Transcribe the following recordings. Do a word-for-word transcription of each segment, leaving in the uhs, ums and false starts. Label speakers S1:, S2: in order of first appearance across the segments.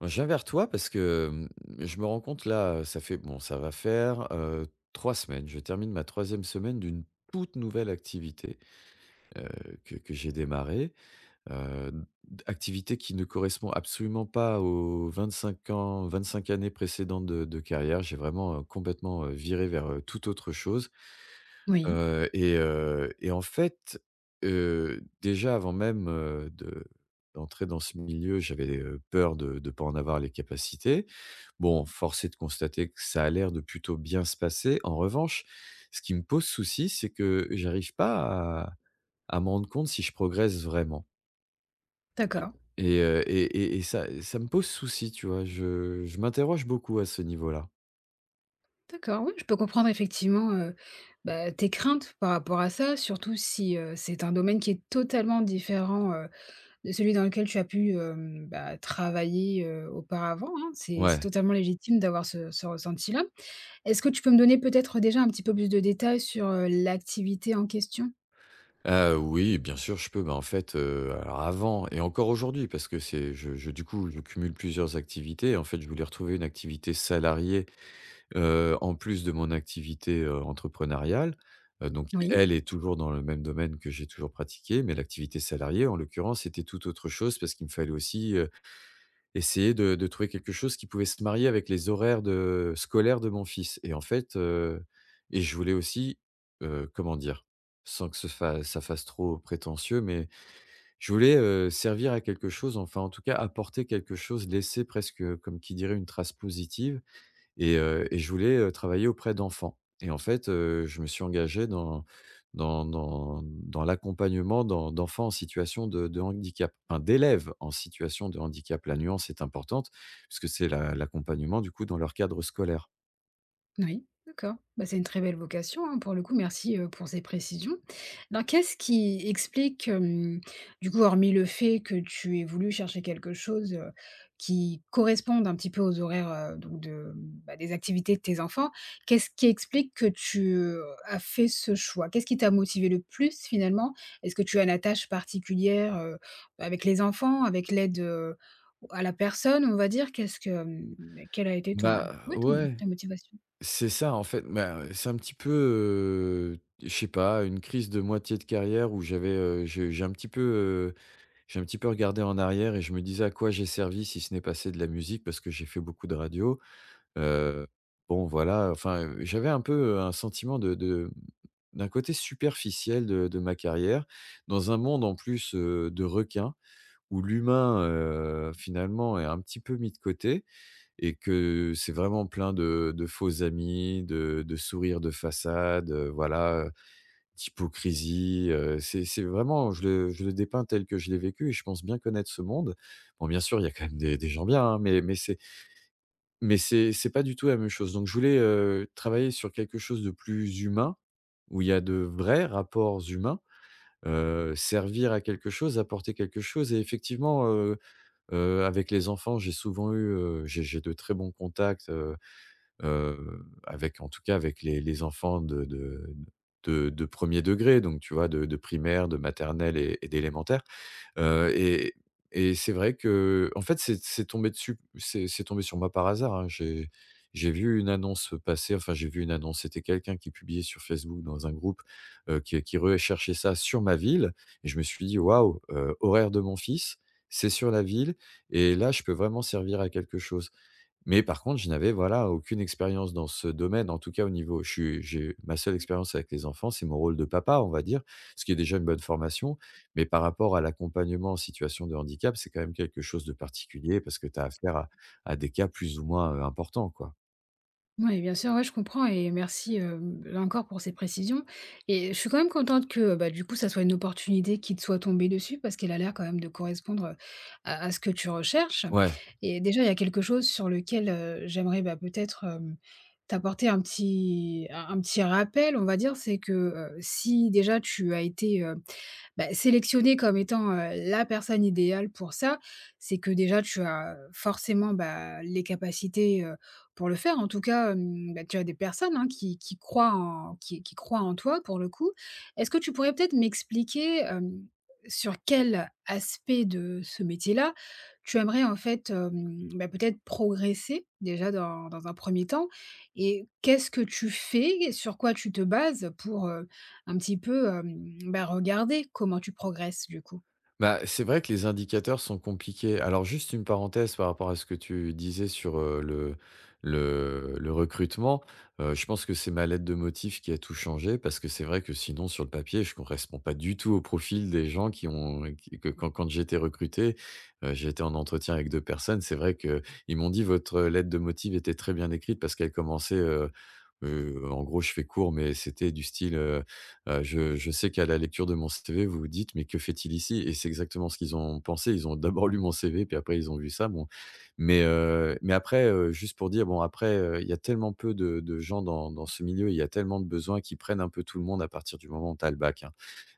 S1: Je viens vers toi parce que, mmh, je me rends compte là, ça fait bon, ça va faire, heu, trois semaines. Je termine ma troisième semaine d'une toute nouvelle activité, heu, que que j'ai démarrée, heu, d activité qui ne correspond absolument pas aux vingt-cinq ans vingt-cinq années précédentes de de carrière. J'ai vraiment, heu, complètement, heu, viré vers, heu, toute autre chose.
S2: Oui,
S1: Heu et heu et en fait, heu, déjà avant même, heu, de d'entrer dans ce milieu, j'avais, heu, peur de de pas en avoir les capacités. Bon, force est de constater que ça a l'air de plutôt bien se passer. En revanche, ce qui me pose souci, c'est que j'arrive pas à à me rendre compte si je progresse vraiment, et
S2: d'accord.
S1: et heu et et et ça, ça me pose souci, tu vois? Je je m'interroge beaucoup à ce niveau-là.
S2: D'accord, oui, je peux comprendre effectivement, heu, bah, tes craintes par rapport à ça, surtout si, heu, c'est un domaine qui est totalement différent, heu, de celui dans lequel tu as pu, hem, bah, travailler, heu, auparavant, hein. C'est c'est
S1: Ouais.
S2: totalement légitime d'avoir ce ce ressenti-là. Est-ce que tu peux me donner peut-être déjà un petit peu plus de détails sur, heu, l'activité en question?
S1: Heu, oui, bien sûr, je peux. Bah, en fait, heu, alors avant et encore aujourd'hui parce que c'est je je du coup, je cumule plusieurs activités. En fait, je voulais retrouver une activité salariée, heu, en plus de mon activité, heu, entrepreneuriale, heu, donc qui
S2: Oui.
S1: elle est toujours dans le même domaine que j'ai toujours pratiqué. Mais l'activité salariée en l'occurrence, c'était tout autre chose parce qu'il me fallait aussi, heu essayer de de trouver quelque chose qui pouvait se marier avec les horaires de scolaires de mon fils. Et en fait, heu et je voulais aussi, heu, comment dire? Sans que ce fa ça fasse trop prétentieux, mais je voulais, heu, servir à quelque chose, enfin en tout cas apporter quelque chose, laisser presque, comme qui dirait, une trace positive. Et heu et je voulais, heu, travailler auprès d'enfants. Et en fait, heu, je me suis engagé dans dans dans dans l'accompagnement d'en d'enfants en situation de de handicap, enfin d'élèves en situation de handicap. La nuance est importante puisque c'est la l'accompagnement du coup dans leur cadre scolaire.
S2: Oui, d'accord. Bah, c'est une très belle vocation, hein, pour le coup. Merci, heu, pour ces précisions. Alors qu'est-ce qui explique, hem, du coup, hormis le fait que tu aies voulu chercher quelque chose, heu, qui corresponde un petit peu aux horaires, heu, donc de, bah, des activités de tes enfants, qu'est-ce qui explique que tu, heu, as fait ce choix? Qu'est-ce qui t'a motivé le plus finalement? Est-ce que tu as une attache particulière, heu, avec les enfants, avec l'aide, heu, à la personne, on va dire? Qu'est-ce que, quelle a été ton
S1: Bah,
S2: ouais, ton
S1: ouais,
S2: ta motivation?
S1: c'est ça en fait. Bah, c'est un petit peu, heu, je sais pas, une crise de moitié de carrière où j'avais, heu, j'ai j'ai un petit peu, heu, j'ai un petit peu regardé en arrière et je me disais: «À quoi j'ai servi si ce n'est passer de la musique?» parce que j'ai fait beaucoup de radio. Heu, bon voilà, enfin, heu, j'avais un peu un sentiment de de d'un côté superficiel de de ma carrière, dans un monde en plus, heu, de requins, où l'humain, heu, finalement est un petit peu mis de côté, et que c'est vraiment plein de de faux amis, de de sourires de façade, heu, voilà, heu, d'hypocrisie. Heu, c'est c'est vraiment, je le je le dépeins tel que je l'ai vécu, et je pense bien connaître ce monde. Bon, bien sûr, il y a quand même des des gens bien, hein, mais mais c'est mais c'est c'est pas du tout la même chose. Donc je voulais, heu, travailler sur quelque chose de plus humain, où il y a de vrais rapports humains, heu, servir à quelque chose, apporter quelque chose. Et effectivement, heu heu, avec les enfants, j'ai souvent eu, heu, j'ai j'ai de très bons contacts, heu heu, avec en tout cas avec les les enfants de de de de premier degré, donc tu vois de de primaire, de maternelle et et d'élémentaire. Heu et et c'est vrai que en fait, c'est c'est tombé dessus c'est c'est tombé sur moi par hasard, hein. J'ai j'ai vu une annonce passer, enfin, j'ai vu une annonce, c'était quelqu'un qui publiait sur Facebook dans un groupe, heu, qui qui recherchait ça sur ma ville, et je me suis dit: «Waouh, heu, horaires de mon fils, c'est sur la ville, et là je peux vraiment servir à quelque chose». Mais par contre, je n'avais, voilà, aucune expérience dans ce domaine, en tout cas au niveau je suis j'ai ma seule expérience avec les enfants, c'est mon rôle de papa, on va dire, ce qui est déjà une bonne formation. Mais par rapport à l'accompagnement en situation de handicap, c'est quand même quelque chose de particulier parce que tu as affaire à à des cas plus ou moins, heu, importants, quoi.
S2: Oui, bien sûr, ouais, je comprends et merci, hem, là encore pour ces précisions et je suis quand même contente que, bah, du coup, ça soit une opportunité qui te soit tombée dessus parce qu'elle a l'air quand même de correspondre, à à ce que tu recherches.
S1: Ouais.
S2: Et déjà, il y a quelque chose sur lequel, heu, j'aimerais, bah, peut-être, hem, t'apporter un petit un un petit rappel, on va dire. C'est que, heu, si déjà tu as été, bah, sélectionnée comme étant, heu, la personne idéale pour ça, c'est que déjà tu as forcément, bah, les capacités, heu, pour le faire. En tout cas, hem, bah, tu as des personnes, hein, qui qui croient en qui qui croient en toi pour le coup. Est-ce que tu pourrais peut-être m'expliquer, hem, sur quel aspect de ce métier-là tu aimerais en fait, hem, bah, peut-être progresser déjà dans dans un premier temps? Et qu'est-ce que tu fais? Sur quoi tu te bases pour, un petit peu, hem, bah, regarder comment tu progresses du coup.
S1: Bah, c'est vrai que les indicateurs sont compliqués. Alors, juste une parenthèse par rapport à ce que tu disais sur euh, le, le, le recrutement. Euh, je pense que c'est ma lettre de motif qui a tout changé parce que c'est vrai que sinon, sur le papier, je ne correspond pas du tout au profil des gens qui ont. Qui- que quand Quand j'ai été recruté, euh, j'ai été en entretien avec deux personnes. C'est vrai qu'ils m'ont dit votre lettre de motif était très bien écrite parce qu'elle commençait heu, en gros, je fais court, mais c'était du style, heu heu: «Je je sais qu'à la lecture de mon C V, vous vous dites: "Mais que fait-il ici?"» et c'est exactement ce qu'ils ont pensé. Ils ont d'abord lu mon C V, puis après ils ont vu ça. Bon, mais heu, mais après, heu, juste pour dire, bon, après, heu, il y a tellement peu de de gens dans dans ce milieu, il y a tellement de besoins qu'ils prennent un peu tout le monde à partir du moment où tu as le bac, hein.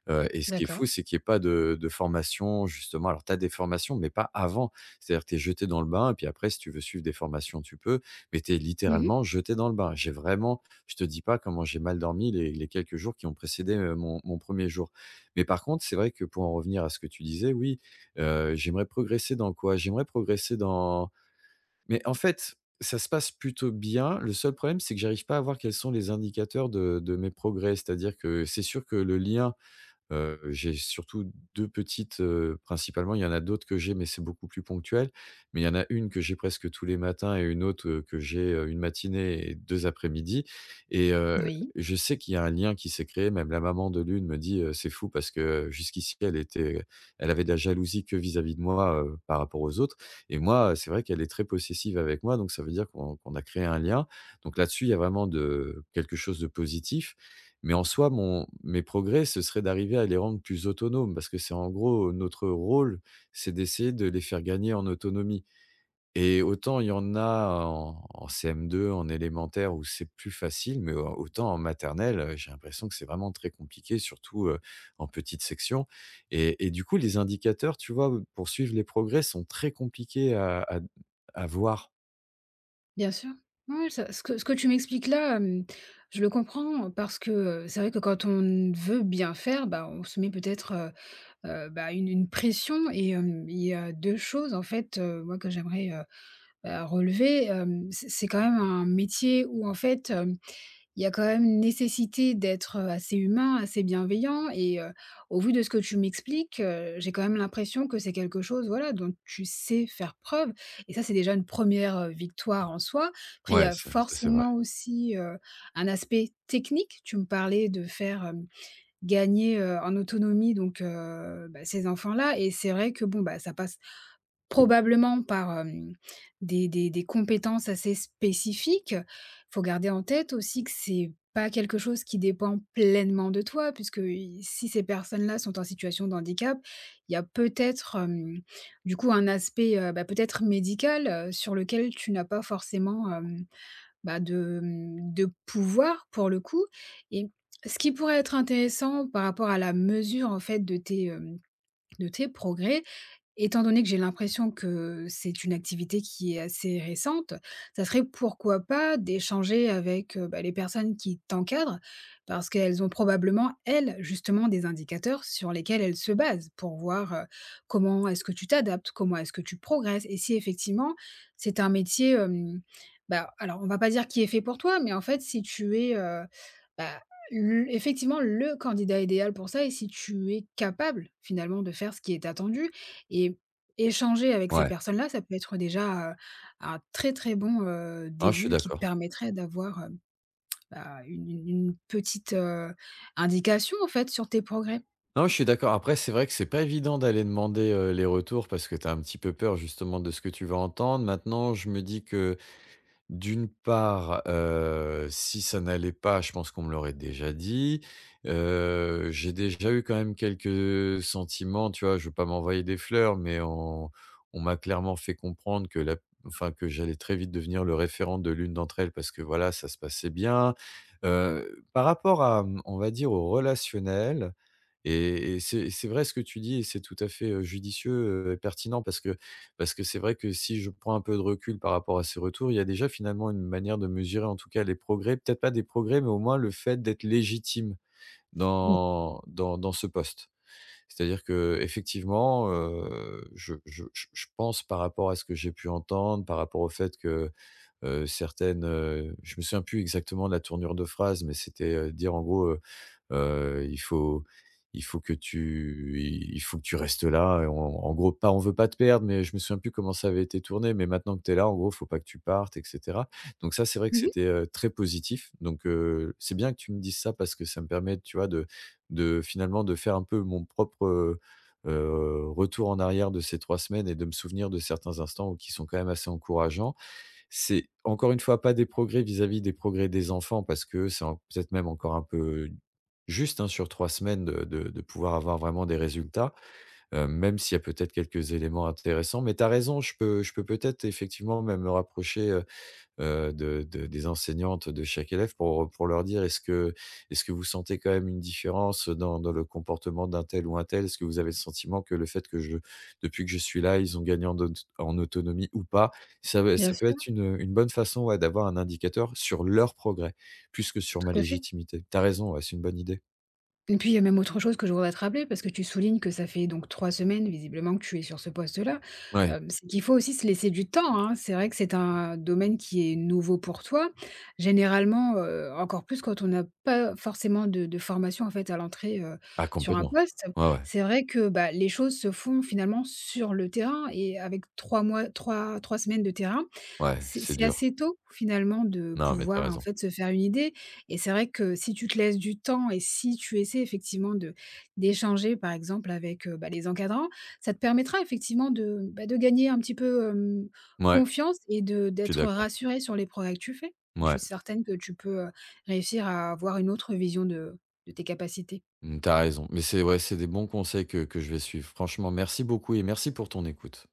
S1: Heu et ce qui est
S2: D'accord.
S1: fou, c'est qu'il y ait pas de de formation justement, alors tu as des formations, mais pas avant. C'est-à-dire que tu es jeté dans le bain et puis après si tu veux suivre des formations, tu peux, mais tu es
S2: Mmh.
S1: littéralement jeté dans le bain. J'ai vraiment Je te dis pas comment j'ai mal dormi les les quelques jours qui ont précédé, heu, mon mon premier jour. Mais par contre, c'est vrai que pour en revenir à ce que tu disais, oui, heu, j'aimerais progresser dans quoi? J'aimerais progresser dans Mais en fait, ça se passe plutôt bien. Le seul problème, c'est que j'arrive pas à voir quels sont les indicateurs de de mes progrès. C'est-à-dire que c'est sûr que le lien. Heu, j'ai surtout deux petites, heu, principalement. Il y en a d'autres que j'ai, mais c'est beaucoup plus ponctuel. Mais il y en a une que j'ai presque tous les matins et une autre, heu, que j'ai, heu, une matinée et deux après-midi, et heu,
S2: Oui,
S1: je sais qu'il y a un lien qui s'est créé. Même la maman de l'une me dit, heu: «C'est fou parce que jusqu'ici elle était elle avait de la jalousie que vis-à-vis de moi, heu, par rapport aux autres», et moi, c'est vrai qu'elle est très possessive avec moi, donc ça veut dire qu'on qu'on a créé un lien. Donc là-dessus, il y a vraiment de quelque chose de positif, mais en soi, mon mes progrès, ce serait d'arriver à les rendre plus autonomes, parce que c'est en gros notre rôle, c'est d'essayer de les faire gagner en autonomie. Et autant il y en a en en C M deux, en élémentaire, où c'est plus facile, mais au autant en maternelle, heu, j'ai l'impression que c'est vraiment très compliqué, surtout, heu, en petite section. Et et du coup, les indicateurs, tu vois, pour suivre les progrès sont très compliqués à à à voir.
S2: bien sûr. Ouais, ça ce que ce que tu m'expliques là, hem, je le comprends parce que, heu, c'est vrai que quand on veut bien faire, bah, on se met peut-être, heu heu, bah, une une pression. Et hem, il y a deux choses en fait, heu, moi que j'aimerais, heu, bah, relever, hem, c'est c'est quand même un métier où en fait, il y a quand même une nécessité d'être, heu, assez humain, assez bienveillant. Et heu, au vu de ce que tu m'expliques, heu, j'ai quand même l'impression que c'est quelque chose, voilà, dont tu sais faire preuve, et ça, c'est déjà une première re victoire en soi. Après, il y
S1: Ouais,
S2: a
S1: ça ça c'est vrai.
S2: forcément aussi, heu, un aspect technique. Tu me parlais de faire, hem, gagner, heu, en autonomie donc heu, bah, ces enfants-là, et c'est vrai que, bon, bah, ça passe probablement par, hem, des des des compétences assez spécifiques. Il faut garder en tête aussi que c'est pas quelque chose qui dépend pleinement de toi puisque i si ces personnes-là sont en situation de handicap, il y a peut-être, hem, du coup un aspect, heu, bah, peut-être médical, heu, sur lequel tu n'as pas forcément, hem, bah, de, mmh, de pouvoir pour le coup. Et ce qui pourrait être intéressant par rapport à la mesure en fait de tes, hem, de tes progrès, étant donné que j'ai l'impression que c'est une activité qui est assez récente, ça serait pourquoi pas d'échanger avec, heu, bah, les personnes qui t'encadrent, parce qu'elles ont probablement, elles, justement des indicateurs sur lesquels elles se basent pour voir, heu, comment est-ce que tu t'adaptes, comment est-ce que tu progresses, et si effectivement c'est un métier, hem, bah, alors on va pas dire qui est fait pour toi, mais en fait si tu es, heu, bah, l effectivement le candidat idéal pour ça, et si tu es capable finalement de faire ce qui est attendu, et échanger avec ces
S1: Ouais.
S2: personnes-là, ça peut être déjà, heu, un très, très bon, heu,
S1: Ah, je suis
S2: début qui te
S1: d'accord.
S2: permettrait d'avoir, heu, bah, une une une petite, heu, indication, en fait, sur tes progrès.
S1: Non, je suis d'accord. Après, c'est vrai que c'est pas évident d'aller demander, heu, les retours parce que tu as un petit peu peur justement de ce que tu vas entendre. Maintenant, je me dis que d'une part, heu, si ça n'allait pas, je pense qu'on me l'aurait déjà dit. Heu, j'ai déjà eu quand même quelques sentiments, tu vois? Je veux pas m'envoyer des fleurs, mais on on m'a clairement fait comprendre que la enfin, que j'allais très vite devenir le référent de l'une d'entre elles, parce que voilà, ça se passait bien. Heu, par rapport à, mmh, on va dire au relationnel, et et c'est c'est vrai ce que tu dis et c'est tout à fait, heu, judicieux, heu, et pertinent, parce que parce que c'est vrai que si je prends un peu de recul par rapport à ces retours, il y a déjà finalement une manière de mesurer en tout cas les progrès, peut-être pas des progrès, mais au moins le fait d'être légitime
S2: Oui.
S1: dans dans dans ce poste. C'est-à-dire qu'effectivement, heu, je je je je pense, par rapport à ce que j'ai pu entendre, par rapport au fait que, heu, certaines, heu, je me souviens plus exactement de la tournure de phrase, mais c'était, heu, dire en gros, Heu, il faut il faut que tu il faut que tu restes là et on, en gros, pas, on veut pas te perdre, mais je me souviens plus comment ça avait été tourné, mais maintenant que tu es là, en gros, faut pas que tu partes, et cetera. Donc ça, c'est vrai que
S2: Mmh.
S1: c'était, heu, très positif. Donc, heu, c'est bien que tu me dises ça parce que ça me permet, tu vois, de de finalement de faire un peu mon propre, heu heu, retour en arrière de ces trois semaines, et de me souvenir de certains instants qui sont quand même assez encourageants. C'est encore une fois pas des progrès vis-à-vis des progrès des enfants, parce que c'est en- peut-être même encore un peu juste, hein, sur trois semaines de, de- de pouvoir avoir vraiment des résultats, euh, même s'il y a peut-être quelques éléments intéressants. Mais tu as raison, je peux, je peux peut-être effectivement même me rapprocher, euh, heu, de de des enseignantes de chaque élève pour pour leur dire: «Est-ce que est-ce que vous sentez quand même une différence dans dans le comportement d'un tel ou un tel? Est-ce que vous avez le sentiment que le fait que je depuis que je suis là, ils ont gagné en aut en autonomie ou pas?» ça va
S2: Bien
S1: ça peut
S2: sûr,
S1: être une, une bonne façon, ouais, d'avoir un indicateur sur leur progrès, plus que sur ma
S2: tout à fait.
S1: légitimité. T'as raison, ouais, c'est une bonne idée.
S2: Et puis, il y a même autre chose que je voudrais te rappeler, parce que tu soulignes que ça fait donc trois semaines visiblement que tu es sur ce poste-là.
S1: Ouais.
S2: Hem, c'est qu'il faut aussi se laisser du temps, hein. C'est vrai que c'est un domaine qui est nouveau pour toi. Généralement, heu, encore plus quand on n'a pas forcément de de formation, en fait, à l'entrée, heu,
S1: Ah,
S2: sur un
S1: complètement.
S2: poste.
S1: Ouais, ouais.
S2: C'est vrai que, bah, les choses se font finalement sur le terrain, et avec trois mois, trois, trois semaines de terrain,
S1: Ouais,
S2: c'est
S1: c'est
S2: c'est
S1: dur.
S2: assez tôt finalement de
S1: Non, mais t'as
S2: pouvoir, en
S1: raison.
S2: fait, se faire une idée. Et c'est vrai que si tu te laisses du temps et si tu essaies effectivement de d'échanger par exemple avec, heu, bah, les encadrants, ça te permettra effectivement de, bah, de gagner un petit peu, hem,
S1: Ouais,
S2: confiance, et de
S1: je suis
S2: d'être
S1: d'accord.
S2: rassuré sur les progrès que tu fais. Et je suis
S1: Ouais.
S2: certaine que tu peux, heu, réussir à avoir une autre vision de de tes capacités.
S1: Mmh, tu raison. Mais c'est, ouais, c'est des bons conseils que que je vais suivre. Franchement, merci beaucoup et merci pour ton écoute.